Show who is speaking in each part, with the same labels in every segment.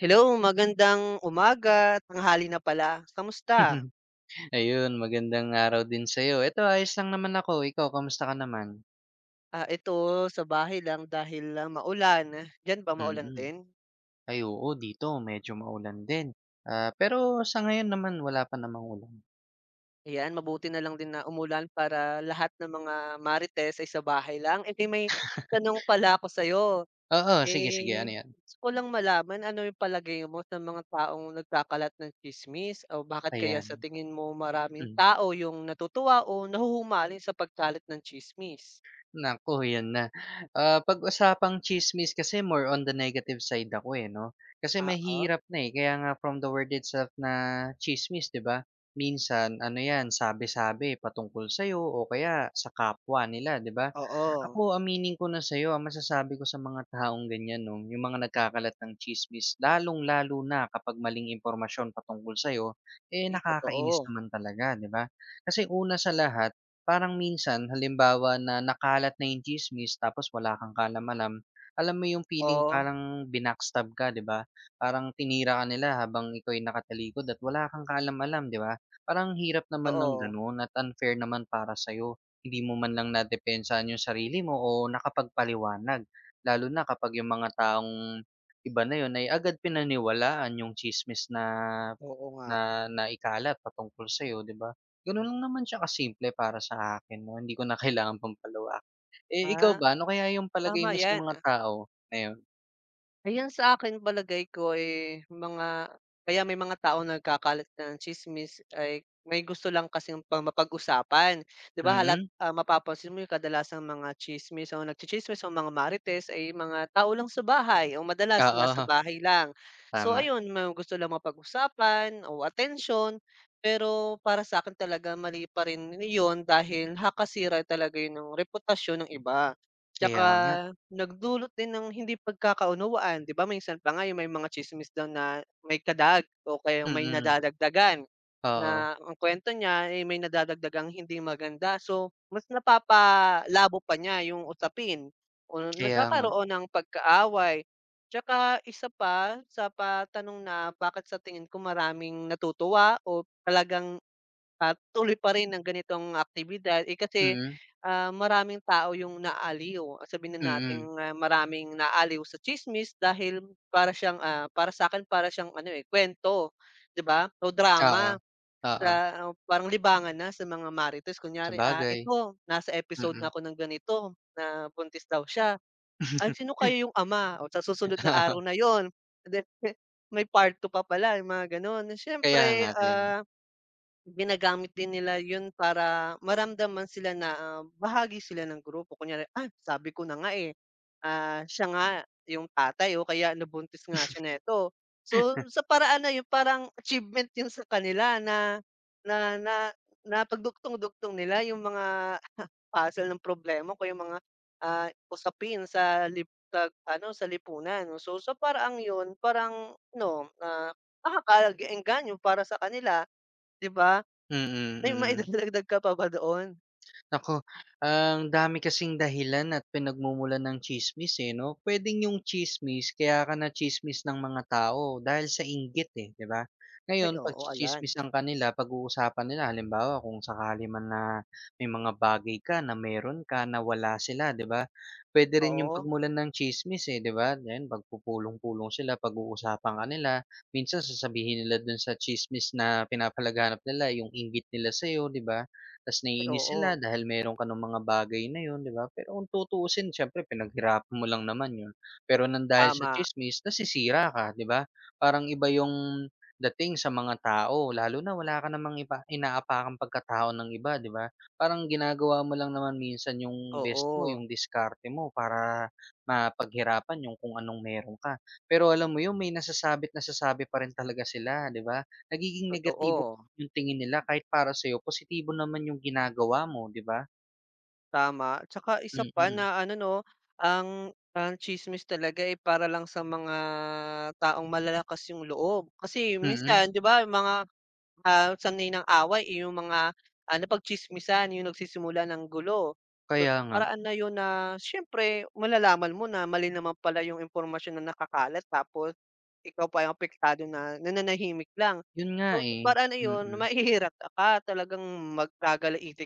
Speaker 1: Hello, magandang umaga, tanghali na pala. Kamusta?
Speaker 2: Ayun, magandang araw din sa'yo. Eto ayos lang naman ako, ikaw kamusta ka naman?
Speaker 1: Ito sa bahay lang dahil, maulan. Diyan ba maulan
Speaker 2: Mm.
Speaker 1: din?
Speaker 2: Ay oo, dito medyo maulan din. Ah, pero sa ngayon naman wala pa namang ulan.
Speaker 1: Ayan, mabuti na lang din na umulan para lahat ng mga marites ay sa bahay lang. Eh, di may tanong pala ako sa'yo.
Speaker 2: Oo, sige, sige
Speaker 1: Eh,
Speaker 2: ano 'yan?
Speaker 1: gusto ko lang malaman ano yung palagay mo sa mga taong nagkakalat ng tsismis o bakit kaya sa
Speaker 2: Ayan,
Speaker 1: tingin mo maraming
Speaker 2: hmm.
Speaker 1: tao yung natutuwa o nahuhumaling sa pagkalat ng tsismis?
Speaker 2: Naku, yun na. Ah, 'pag usapang chismis kasi more on the negative side ako, eh, 'no. Kasi
Speaker 1: Oo,
Speaker 2: mahirap na, eh, kaya nga from the word itself na chismis, 'di ba? Minsan ano 'yan, sabi-sabi patungkol sa'yo o kaya sa kapwa nila, 'di ba?
Speaker 1: oo.
Speaker 2: Ako, aminin ko na sa'yo, ang masasabi ko sa mga taong ganiyan 'no, yung mga nagkakalat ng chismis, lalong-lalo na kapag maling impormasyon patungkol sa'yo, eh,
Speaker 1: Ay,
Speaker 2: nakakainis
Speaker 1: totoo.
Speaker 2: naman talaga, 'di ba? Kasi una sa lahat. Parang minsan halimbawa na nakalat na yung tsismis tapos wala kang kalam-alam, alam mo yung feeling
Speaker 1: Oo,
Speaker 2: parang binackstab ka, 'di ba? Parang tinira ka nila habang ikaw ay nakatalikod at wala kang kaalam-alam, 'di ba? Parang hirap naman ng
Speaker 1: totoo.
Speaker 2: gano'n at unfair naman para sa'yo. Hindi mo man lang nadepensahan yung sarili mo o nakapagpaliwanag. Lalo na kapag yung mga taong iba na yun ay agad pinaniwalaan yung chismis na
Speaker 1: Oo nga.
Speaker 2: na naikalat patungkol sa'yo, 'di ba? Gano'n lang naman siya kasimple para sa akin 'no, hindi ko na kailangan pang palawakin. Eh, ikaw
Speaker 1: Ah,
Speaker 2: ba, ano kaya yung palagay
Speaker 1: tama
Speaker 2: mo sa
Speaker 1: 'yan.
Speaker 2: mga tao ngayon?
Speaker 1: Ayan, sa akin palagay ko, eh, mga kaya may mga taong nagkakalat ng tsismis ay may gusto lang kasing pang mapag-usapan. 'Di ba halat
Speaker 2: Mm,
Speaker 1: ah, mapapansin mo yung kadalasang mga tsismis o nagtsi-tsismis o mga marites ay mga tao lang sa bahay o madalas nasa
Speaker 2: oo,
Speaker 1: bahay lang. So
Speaker 2: tama.
Speaker 1: ayun, may gusto lang mapag-usapan o attention, pero para sa akin talaga mali pa rin iyon dahil hakasira talaga yun ng reputasyon ng iba. Tsaka
Speaker 2: Kaya nga,
Speaker 1: nagdulot din ng hindi pagkakaunawaan, 'di ba minsan pa nga yung may mga chismis daw na may kadag o kaya may
Speaker 2: mm,
Speaker 1: nadadagdagan,
Speaker 2: oo,
Speaker 1: na ang kuwento niya, ay may nadadagdagang hindi maganda. So mas napapalabo pa niya yung usapin o
Speaker 2: kaya nga,
Speaker 1: nagkakaroon ng pagkaaway. Tsaka isa pa, sa patanong na bakit sa tingin ko maraming natutuwa o talagang at tuloy pa rin ang ganitong aktibidad, eh, kasi,
Speaker 2: mm,
Speaker 1: maraming tao yung naaaliw. Sabihin na nating,
Speaker 2: mm,
Speaker 1: maraming naaaliw sa tsismis dahil para siyang, para sa'kin para siyang ano, eh, kuwento, 'di ba, o
Speaker 2: oo,
Speaker 1: drama
Speaker 2: oo,
Speaker 1: na parang libangan na sa mga marites. Kunyari,
Speaker 2: sabagay,
Speaker 1: "Ito, nasa episode na
Speaker 2: mm.
Speaker 1: ako ng ganito, na buntis daw siya. Ay, sino kaya yung ama?" O sa susunod na
Speaker 2: Oo,
Speaker 1: araw na yun, and then may part 2 pa pala, yung mga gano'n.
Speaker 2: kaya nga,
Speaker 1: Siyempre,
Speaker 2: kaya nga.
Speaker 1: ah Ginagamit din nila yun para maramdaman sila na, bahagi sila ng grupo. Kunyari, "Ah, sabi ko na nga, eh, siya nga yung tatay o kaya nabuntis nga siya nito." So sa paraan na yun parang achievement yun sa kanila na na na napagdugtong-dugtong nila yung mga puzzle ng problema o kaya yung mga, usapin sa lib sa ano, sa lipunan. No? So sa paraang yun parang ano, nakakaengganyo para sa kanila, 'di ba?
Speaker 2: Mm,
Speaker 1: May
Speaker 2: mm.
Speaker 1: maidadagdag ka pa ba doon?
Speaker 2: Nako, ang dami kasing dahilan at pinagmumulan ng chismis, eh, 'no? Puwedeng yung chismis kaya ka na chismis ng mga tao dahil sa inggit, eh, 'di ba?
Speaker 1: Ay,
Speaker 2: Ngayon pag
Speaker 1: oo, ayan.
Speaker 2: chismis ka kanila, pag-uusapan nila halimbawa kung sakali man na may mga bagay ka na meron ka na wala sila, 'di ba? Puwede rin yung
Speaker 1: Oo,
Speaker 2: pagmulan ng chismis, eh, 'di ba? Yan pagpupulong-pulong sila, pag-uusapan ka nila, minsan sasabihin nila dun sa chismis na pinapalaganap nila yung inggit nila sa'yo, 'di ba? Tas
Speaker 1: ay
Speaker 2: naiinis
Speaker 1: oo,
Speaker 2: sila dahil meron ka nung mga bagay na yun, 'di ba? Pero kung tutuusin siyempre pinaghirapan mo lang naman yun. Pero ng dahil sa
Speaker 1: tama,
Speaker 2: tsismis nasisira ka, 'di ba? Parang iba yung dating sa mga tao lalo na wala ka namang ipa inaapakang pagkatao ng iba, 'di ba? Parang ginagawa mo lang naman minsan yung best mo,
Speaker 1: oo,
Speaker 2: yung diskarte mo para mapaghirapan yung kung anong meron ka. Pero alam mo yun, may nasasabit-nasasabi pa rin talaga sila, 'di ba? Nagiging negatibo
Speaker 1: totoo,
Speaker 2: yung tingin nila kahit para sa'yo positibo naman yung ginagawa mo, 'di ba?
Speaker 1: tama. Tsaka isa pa
Speaker 2: Mm,
Speaker 1: na ano 'no, ang ang tsismis talaga, eh, para lang sa mga taong malalakas yung loob. Kasi
Speaker 2: mm.
Speaker 1: minsan 'di ba mga Ah, sanay ng away, eh, yung mga, napagtsismisan yung nagsisimula ng gulo. So
Speaker 2: Kaya
Speaker 1: sa
Speaker 2: nga.
Speaker 1: paraan na yun na siyempre malalaman mo na mali naman pala yung impormasyon na nakakalat tapos ikaw pa yung apektado na nananahimik lang.
Speaker 2: Yun nga,
Speaker 1: So sa
Speaker 2: eh.
Speaker 1: paraan na yun
Speaker 2: Mm,
Speaker 1: mahihirata ka, talagang mag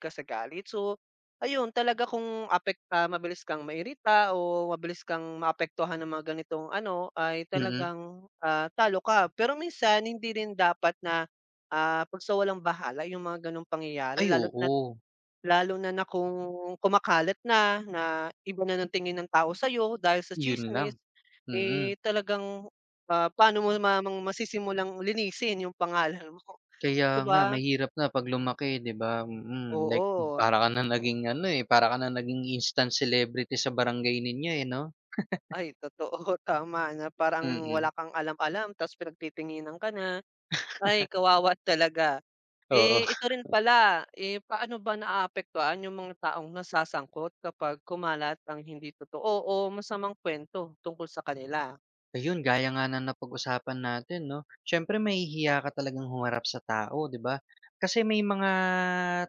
Speaker 1: ka sa galit. So ayun talaga kung apek ah, mabilis kang mairita o mabilis kang maapektuhan ng mga ganitong ano ay
Speaker 2: mm.
Speaker 1: talagang, talo ka. Pero minsan hindi rin dapat na Ah, 'pag sa walang bahala yung mga gano'ng pangyayari
Speaker 2: Ay,
Speaker 1: lalo't na
Speaker 2: oo.
Speaker 1: lalo na na kung kumakalat na, na iba na ng tingin ng tao sa'yo dahil sa
Speaker 2: Yun lang,
Speaker 1: tsismis,
Speaker 2: mm.
Speaker 1: eh, talagang, paano mo namang masisimulang linisin yung pangalan mo,
Speaker 2: Kaya
Speaker 1: 'di
Speaker 2: nga
Speaker 1: ba?
Speaker 2: mahirap na 'pag lumaki, 'di ba? Mm, like
Speaker 1: Oo,
Speaker 2: para ka na naging ano, eh, para ka na naging instant celebrity sa barangay ninyo, eh, 'no?
Speaker 1: ay totoo, tama na parang wala
Speaker 2: Mm,
Speaker 1: kang alam-alam ta's pinagtitinginan ka na. Ay, kawawa talaga.
Speaker 2: oo.
Speaker 1: Eh, ito rin pala, eh, paano ba naaapektuhan yung mga taong nasasangkot kapag kumalat ang hindi totoo o masamang kuwento tungkol sa kanila?
Speaker 2: Ayun, gaya nga na napag-usapan natin 'no, siyempre mahihiya ka talagang humarap sa tao, 'di ba? Kasi may mga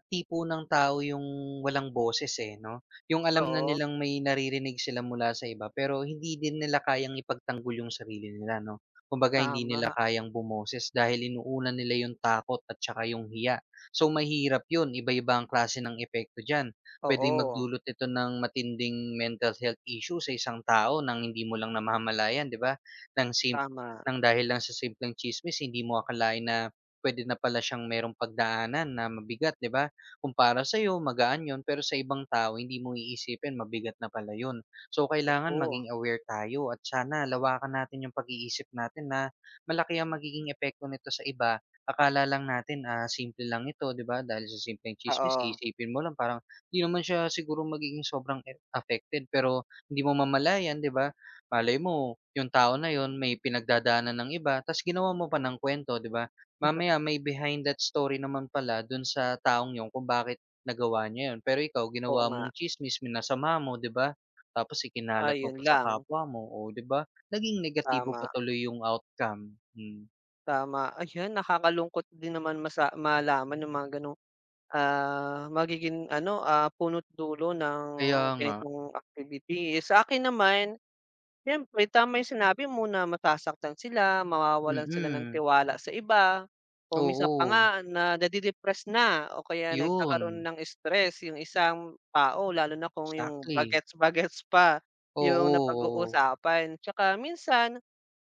Speaker 2: tipo ng tao yung walang boses, eh, 'no? Yung alam na
Speaker 1: Oo,
Speaker 2: nilang may naririnig sila mula sa iba, pero hindi din nila kayang ipagtanggol yung sarili nila 'no? Kumbaga hindi nila
Speaker 1: tama.
Speaker 2: kayang bumoses dahil inuuna nila yung takot at tsaka yung hiya. So, mahirap yun, iba-iba ang klase ng epekto diyan. Puwedeng
Speaker 1: Oo,
Speaker 2: magdulot ito ng matinding mental health issue sa isang tao nang hindi mo lang namamalayan, 'di ba? ng sim
Speaker 1: tama.
Speaker 2: ng dahil lang sa simpleng tsismis hindi mo akalain na puwede na pala siyang merong pagdaanan na mabigat, 'di ba? Kung para sa'yo magaan 'yun, pero sa ibang tao hindi mo iisipin mabigat na pala 'yun. So, kailangan
Speaker 1: Oo,
Speaker 2: maging aware tayo at sana lawakan natin yung pag-iisip natin na malaki ang magiging epekto nito sa iba. Akala lang natin, ah, simple lang ito, 'di ba? Dahil sa simpleng tsismis
Speaker 1: oo.
Speaker 2: iisipin mo lang parang 'di naman siya siguro magiging sobrang e affected pero hindi mo mamalayan, 'di ba? Malay mo, yung tao na yon may pinagdadaanan ng iba ta's ginawa mo pa ng kwento, 'di ba? Mamaya may behind that story naman pala dun sa taong yun kung bakit nagawa niya yun. Pero ikaw
Speaker 1: Oo
Speaker 2: ginawa
Speaker 1: nga.
Speaker 2: mong tsismis, minasama mo, 'di ba? Tapos ikinalat mo
Speaker 1: Ayun
Speaker 2: pa sa
Speaker 1: lang.
Speaker 2: kapwa mo, o 'di ba? Naging negatibo pa
Speaker 1: Tama,
Speaker 2: tuloy yung outcome, hmm.
Speaker 1: tama. Ayun nakakalungkot din naman masa malaman ng mga gano'ng, magiging ano, puno't dulo ng
Speaker 2: Kaya nga,
Speaker 1: ganitong activity. Sa akin naman siyempre tama 'yung sinabi mo na masasaktan sila, mawawalan sila ng
Speaker 2: mm.
Speaker 1: tiwala sa iba, o minsan pa nga
Speaker 2: Oo,
Speaker 1: na nade na o kaya nagkakaroon
Speaker 2: yun.
Speaker 1: ng stress 'yung isang tao lalo na kung 'yung
Speaker 2: Exactly.
Speaker 1: bagets-bagets pa
Speaker 2: Oo,
Speaker 1: 'yung
Speaker 2: oo. Oo.
Speaker 1: napag-uusapan. Tsaka minsan,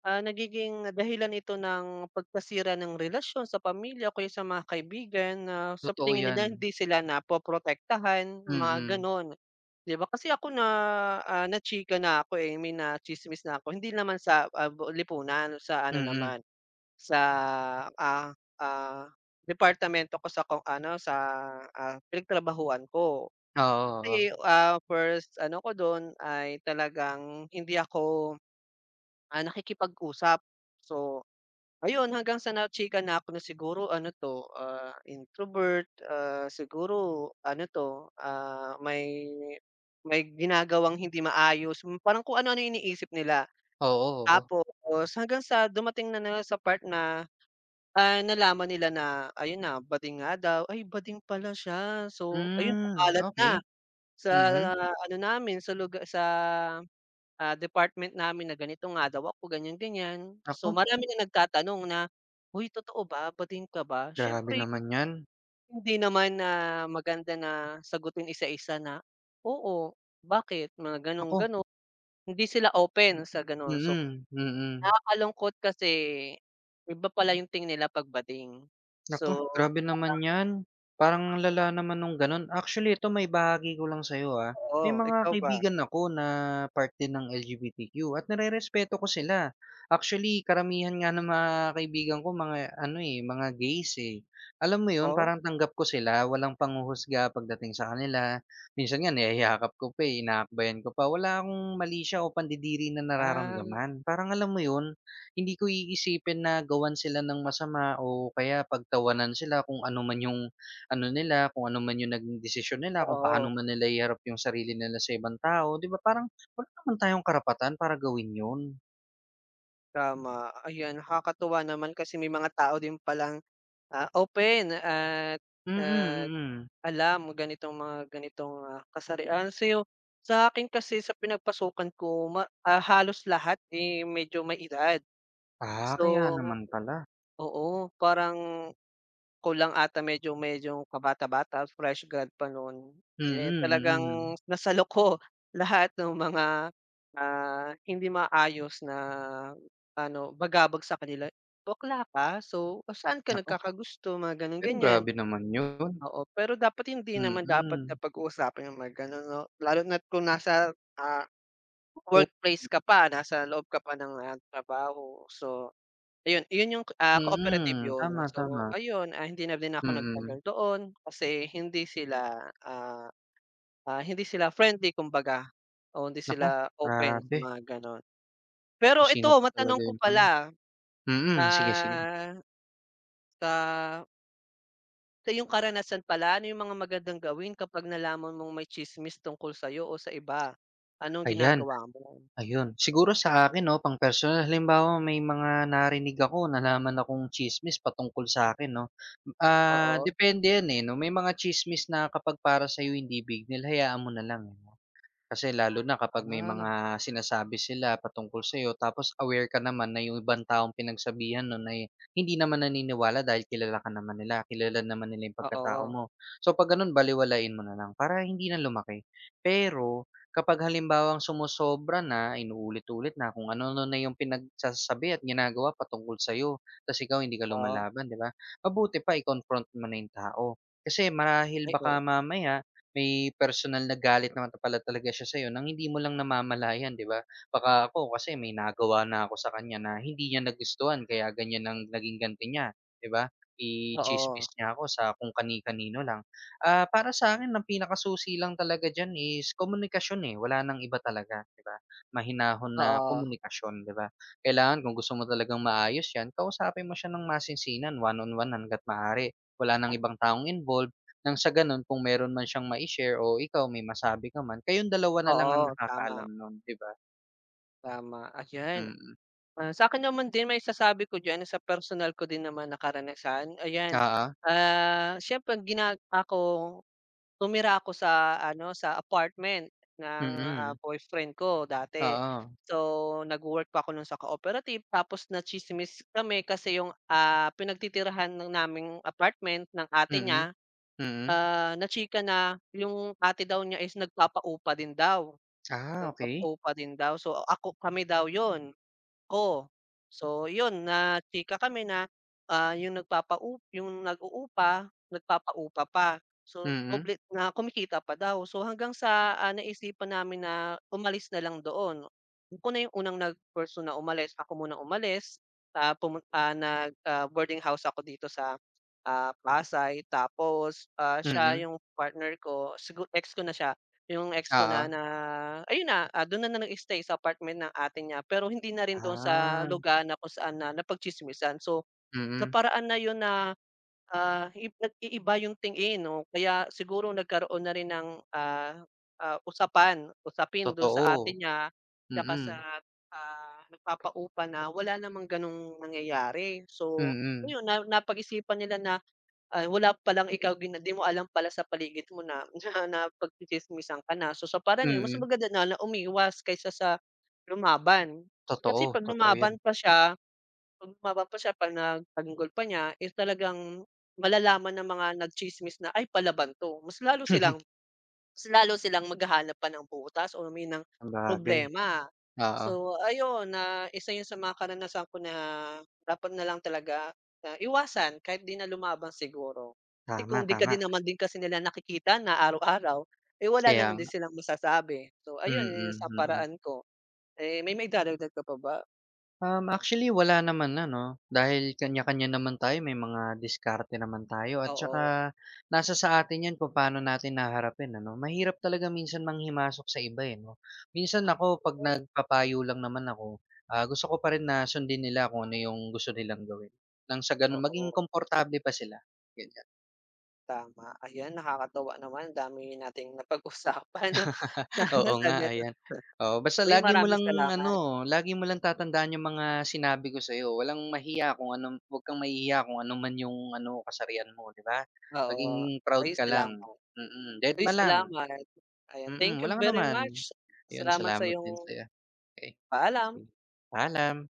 Speaker 1: nagiging dahilan ito ng pagkasira ng relasyon sa pamilya o kaya sa mga kaibigan na sa
Speaker 2: Totoo
Speaker 1: tingin
Speaker 2: yan.
Speaker 1: nila hindi sila napoprotektahan, mga
Speaker 2: Mm,
Speaker 1: gano'n. 'Di ba kasi ako na, na-chika na ako, eh, I mean natsismis na ako, hindi naman sa, bu lipunan, sa ano
Speaker 2: mm.
Speaker 1: naman, sa, ah, ah, departamento ko sa kung ano, sa, pinagtrabahuhan ko.
Speaker 2: Oo, oo.
Speaker 1: Kasi, first ano ko dun ay talagang hindi ako Ah, nakikipag-usap. So ayun hanggang sa na-chikan na ako na siguro ano 'to, introvert, siguro ano 'to, may ginagawang hindi maayos. Hmm, parang kung ano-ano yung iniisip nila.
Speaker 2: Oo, oo.
Speaker 1: Tapos hanggang sa dumating na na sa part na, nalaman nila na ayun na, bading nga daw. Ay, bading pala siya. So ayun
Speaker 2: Hmm,
Speaker 1: kumalat na
Speaker 2: okey.
Speaker 1: sa
Speaker 2: Mhm.
Speaker 1: ah, ano namin, sa lugar sa department namin na ganito nga daw ako, ganyan-ganyan.
Speaker 2: Naku,
Speaker 1: So marami na nagtatanong na, "Hoy, totoo ba? Batiin ka ba?"
Speaker 2: grabe
Speaker 1: Siyempre
Speaker 2: naman 'yan.
Speaker 1: hindi naman na maganda na sagutin isa-isa na, "Oo, bakit?" Mga gano'n,
Speaker 2: Naku,
Speaker 1: gano'n. Hindi sila open sa gano'n. So
Speaker 2: mm, mm.
Speaker 1: nakakalungkot kasi iba pala yung tingin nila 'pag bating.
Speaker 2: Nako
Speaker 1: So
Speaker 2: grabe naman 'yan. Parang ang lala naman nung gano'n. Actually ito maibahagi ko lang sa'yo, ah. May
Speaker 1: oo,
Speaker 2: mga
Speaker 1: ikaw ba?
Speaker 2: kaibigan ako na part din ng LGBTQ at nare-respeto ko sila. Actually karamihan nga ng mga kaibigan ko mga ano, eh, mga gays, eh. Alam mo 'yun,
Speaker 1: Oo?
Speaker 2: parang tanggap ko sila, walang panghuhusga pagdating sa kanila. Minsan nga niyayakap ko pa, eh, inaakbayan ko pa. Wala akong malisya o pandidiri na
Speaker 1: Ah,
Speaker 2: nararamdaman. Parang alam mo 'yun, hindi ko iisipin na gawan sila ng masama o kaya pagtawanan sila kung ano man yung ano nila, kung ano man yung naging desisyon nila, kung paano
Speaker 1: oo.
Speaker 2: man nila iharap yung sarili nila sa ibang tao, 'di ba parang wala naman tayong karapatan para gawin yun.
Speaker 1: Tama, ayan nakakatuwa naman kasi may mga tao din palang, open at,
Speaker 2: Mm,
Speaker 1: ah,
Speaker 2: mm.
Speaker 1: alam ganitong mga ganitong, kasarian. So sa akin kasi sa pinagpasukan ko ma ah, halos lahat, eh, medyo may edad.
Speaker 2: Ah,
Speaker 1: So
Speaker 2: kaya naman pala.
Speaker 1: oo, parang ako lang ata medyo medyo kabata-bata, fresh grad pa no'n.
Speaker 2: Mm,
Speaker 1: Eh, talagang
Speaker 2: mm.
Speaker 1: nasalo ko lahat ng mga, hindi maayos na ano, bagabag sa kanila. "Bakla ka, so saan ka
Speaker 2: Naku,
Speaker 1: nagkakagusto?" Mga gano'n,
Speaker 2: pero
Speaker 1: ganyan.
Speaker 2: grabe naman yun.
Speaker 1: Oo, pero dapat hindi naman dapat na
Speaker 2: Mm.
Speaker 1: pag-uusapan yung mga gano'n 'no, lalo na't kung nasa, ah,
Speaker 2: Oo,
Speaker 1: workplace ka pa, nasa loob ka pa ng, trabaho. So ayun, iyon yung, cooperative
Speaker 2: mm.
Speaker 1: yun.
Speaker 2: Tama,
Speaker 1: So
Speaker 2: tama.
Speaker 1: ayun, hindi na din ako
Speaker 2: Mm.
Speaker 1: nagtagal doon kasi hindi sila, hindi sila friendly kumbaga o hindi
Speaker 2: Naku,
Speaker 1: sila open sa
Speaker 2: grabe.
Speaker 1: mga gano'n. Pero
Speaker 2: Kung
Speaker 1: ito
Speaker 2: sino pa
Speaker 1: matanong
Speaker 2: talaga
Speaker 1: ko
Speaker 2: yun? Ano,
Speaker 1: pala,
Speaker 2: mm, sige, sige.
Speaker 1: ah, sa sa iyong karanasan pala, ano yung mga magandang gawin kapag nalaman mong may tsismis tungkol sa'yo o sa iba? Anong
Speaker 2: Ayan.
Speaker 1: ginagawa mo?
Speaker 2: Ayun, siguro sa akin 'no, pang personal, halimbawa may mga narinig ako, nalaman akong chismis patungkol sa akin, 'no, ah,
Speaker 1: Oo,
Speaker 2: depende yan, eh, 'no, may mga chismis na kapag para sa'yo hindi big deal hayaan mo na lang. Eh, no. Kasi lalo na
Speaker 1: ah,
Speaker 2: kapag may mga sinasabi sila patungkol sa'yo tapos aware ka naman na yung ibang taong pinagsabihan nun ay hindi naman naniniwala dahil kilala ka naman nila, kilala naman nila yung pagkatao
Speaker 1: oo,
Speaker 2: mo. So 'pag ganun balewalain mo na lang para hindi na lumaki. Pero kapag halimbawang sumosobra na, inuulit-ulit na kung ano-ano na na yung pinagsasabi at ginagawa patungkol sa'yo tas ikaw hindi ka
Speaker 1: oh,
Speaker 2: lumalaban, 'di ba? Mabuti pa i-confront mo na yung tao. Kasi marahil
Speaker 1: ay oo,
Speaker 2: baka mamaya may personal na galit naman ta- pala talaga siya sa'yo ng hindi mo lang namamalayan, 'di ba? Baka ako kasi may nagawa na ako sa kanya na hindi niya nagustuhan kaya ganyan ang naging ganti niya, 'di ba?
Speaker 1: oo,
Speaker 2: I-tsismis niya ako sa kung kani-kanino lang. Ah, para sa akin ang pinakasusi lang talaga diyan is komunikasyon, eh, wala nang iba talaga, 'di ba? Mahinahon na
Speaker 1: oo,
Speaker 2: komunikasyon, 'di ba? Kailangan kung gusto mo talagang maayos 'yan, kausapin mo siya ng masinsinan, one on one hangga't maaari. Wala nang ibang taong involved. Nang sa gano'n kung meron man siyang mai-share o ikaw may masabi ka man, kayong dalawa na lang ang
Speaker 1: oo, tama.
Speaker 2: nakakaalam no'n, 'di ba?
Speaker 1: Tama, ayan.
Speaker 2: Mm.
Speaker 1: Ah, sa'kin naman din maisasabi ko diyan sa personal ko din naman na karanasan, ayan.
Speaker 2: Oo.
Speaker 1: Siyempre gina ako tumira ako sa ano, sa apartment ng,
Speaker 2: Mm.
Speaker 1: boyfriend ko dati.
Speaker 2: Oo.
Speaker 1: So nag work pa ako nun sa cooperative tapos natsismis kami kasi yung, pinagtitirahan ng naming apartment ng ate
Speaker 2: Mm.
Speaker 1: niya,
Speaker 2: Mm.
Speaker 1: na-chika na yung ate daw niya is nagpapaupa din daw,
Speaker 2: Ah, okey.
Speaker 1: nagpapaupa din daw. So ako kami daw yon Oo. So yun, na chika kami na, yung nagpapau yung nag-uupa, nagpapaupa pa. So
Speaker 2: Mm.
Speaker 1: doble na kumikita pa daw. So hanggang sa, naisipan namin na umalis na lang doon. Ako na yung unang nag-person na umalis, ako munang umalis. Ah, pumun ah, nag, boarding house ako dito sa, Pasay tapos, siya
Speaker 2: Mm.
Speaker 1: yung partner ko, siguro ex ko na siya. Yung ex ko na
Speaker 2: Oo.
Speaker 1: na ayun na, dun na nag-stay sa apartment ng ate niya pero hindi na rin dun sa
Speaker 2: Ah.
Speaker 1: lugar na kung saan na napagtsismisan. So sa
Speaker 2: Mm.
Speaker 1: paraan na yun na, i nag-iiba yung tingin o kaya siguro nagkaroon na rin ng, usapan usapin dun sa
Speaker 2: Totoo.
Speaker 1: ate niya tsaka sa,
Speaker 2: Mm.
Speaker 1: nagpapaupa na wala namang ganong nangyayari. So
Speaker 2: Mm.
Speaker 1: ayun na napag-isipan nila na Ah, wala palang ikaw gina 'di mo alam pala sa paligid mo na na napagtsitsismisan ka na. So sa parang yun mas
Speaker 2: Mm.
Speaker 1: maganda na na umiwas kaysa sa lumaban.
Speaker 2: Totoo,
Speaker 1: Kasi 'pag
Speaker 2: totoo 'yan.
Speaker 1: lumaban pa siya 'pag lumaban pa siya 'pag nagtanggol pa niya is talagang malalaman ng mga nagchismis na, "Ay palaban 'to." Mas lalo silang maghahanap pa ng butas o may ng
Speaker 2: Sabagay.
Speaker 1: problema.
Speaker 2: Oo.
Speaker 1: So ayun, na isa yun sa mga karanasan ko na dapat na lang talaga na iwasan kahit di na lumaban siguro. Kasi
Speaker 2: Tama,
Speaker 1: kung di ka
Speaker 2: tama.
Speaker 1: din naman din kasi nila nakikita na araw-araw, eh, wala na
Speaker 2: Kaya
Speaker 1: na din
Speaker 2: nga.
Speaker 1: silang masasabi. So ayun, yun yung
Speaker 2: Mm,
Speaker 1: sa
Speaker 2: mm.
Speaker 1: paraan ko. Eh, may maidadagdag ka pa ba?
Speaker 2: Actually wala naman ano, dahil kanya-kanya naman tayo, may mga diskarte naman tayo at saka
Speaker 1: Oo,
Speaker 2: nasa sa atin 'yan kung paano natin haharapin ano. Mahirap talaga minsan manghimasok sa iba, eh, 'no. Minsan ako 'pag
Speaker 1: totoo.
Speaker 2: nagpapayo lang naman ako, ah, gusto ko pa rin na sundin nila kung ano yung gusto nilang gawin, nang sa gano'n maging
Speaker 1: Oo,
Speaker 2: komportable pa sila, ganyan.
Speaker 1: tama. Ayan, nakakatuwa naman, ang dami nating napag-usapan. Sana
Speaker 2: Oo nga,
Speaker 1: sagot ganun
Speaker 2: ayan. Oo, basta
Speaker 1: uy,
Speaker 2: lagi mo
Speaker 1: maraming
Speaker 2: lang
Speaker 1: salamat.
Speaker 2: ano, lagi mo lang tatandaan yung mga sinabi ko sa'yo. Walang mahiya kung ano huwag kang mahihiya kung ano man yung ano, kasarian mo, 'di ba?
Speaker 1: Oo.
Speaker 2: Maging proud
Speaker 1: Ay,
Speaker 2: ka lang,
Speaker 1: salamat.
Speaker 2: mm.
Speaker 1: Uy,
Speaker 2: Dedma lang,
Speaker 1: salamat. Ayan,
Speaker 2: mm,
Speaker 1: thank you
Speaker 2: walang
Speaker 1: very
Speaker 2: anuman.
Speaker 1: much.
Speaker 2: Ayun,
Speaker 1: Salamat sa
Speaker 2: salamat din
Speaker 1: iyong
Speaker 2: sa'yo. Okey,
Speaker 1: paalam.
Speaker 2: sige. Paalam.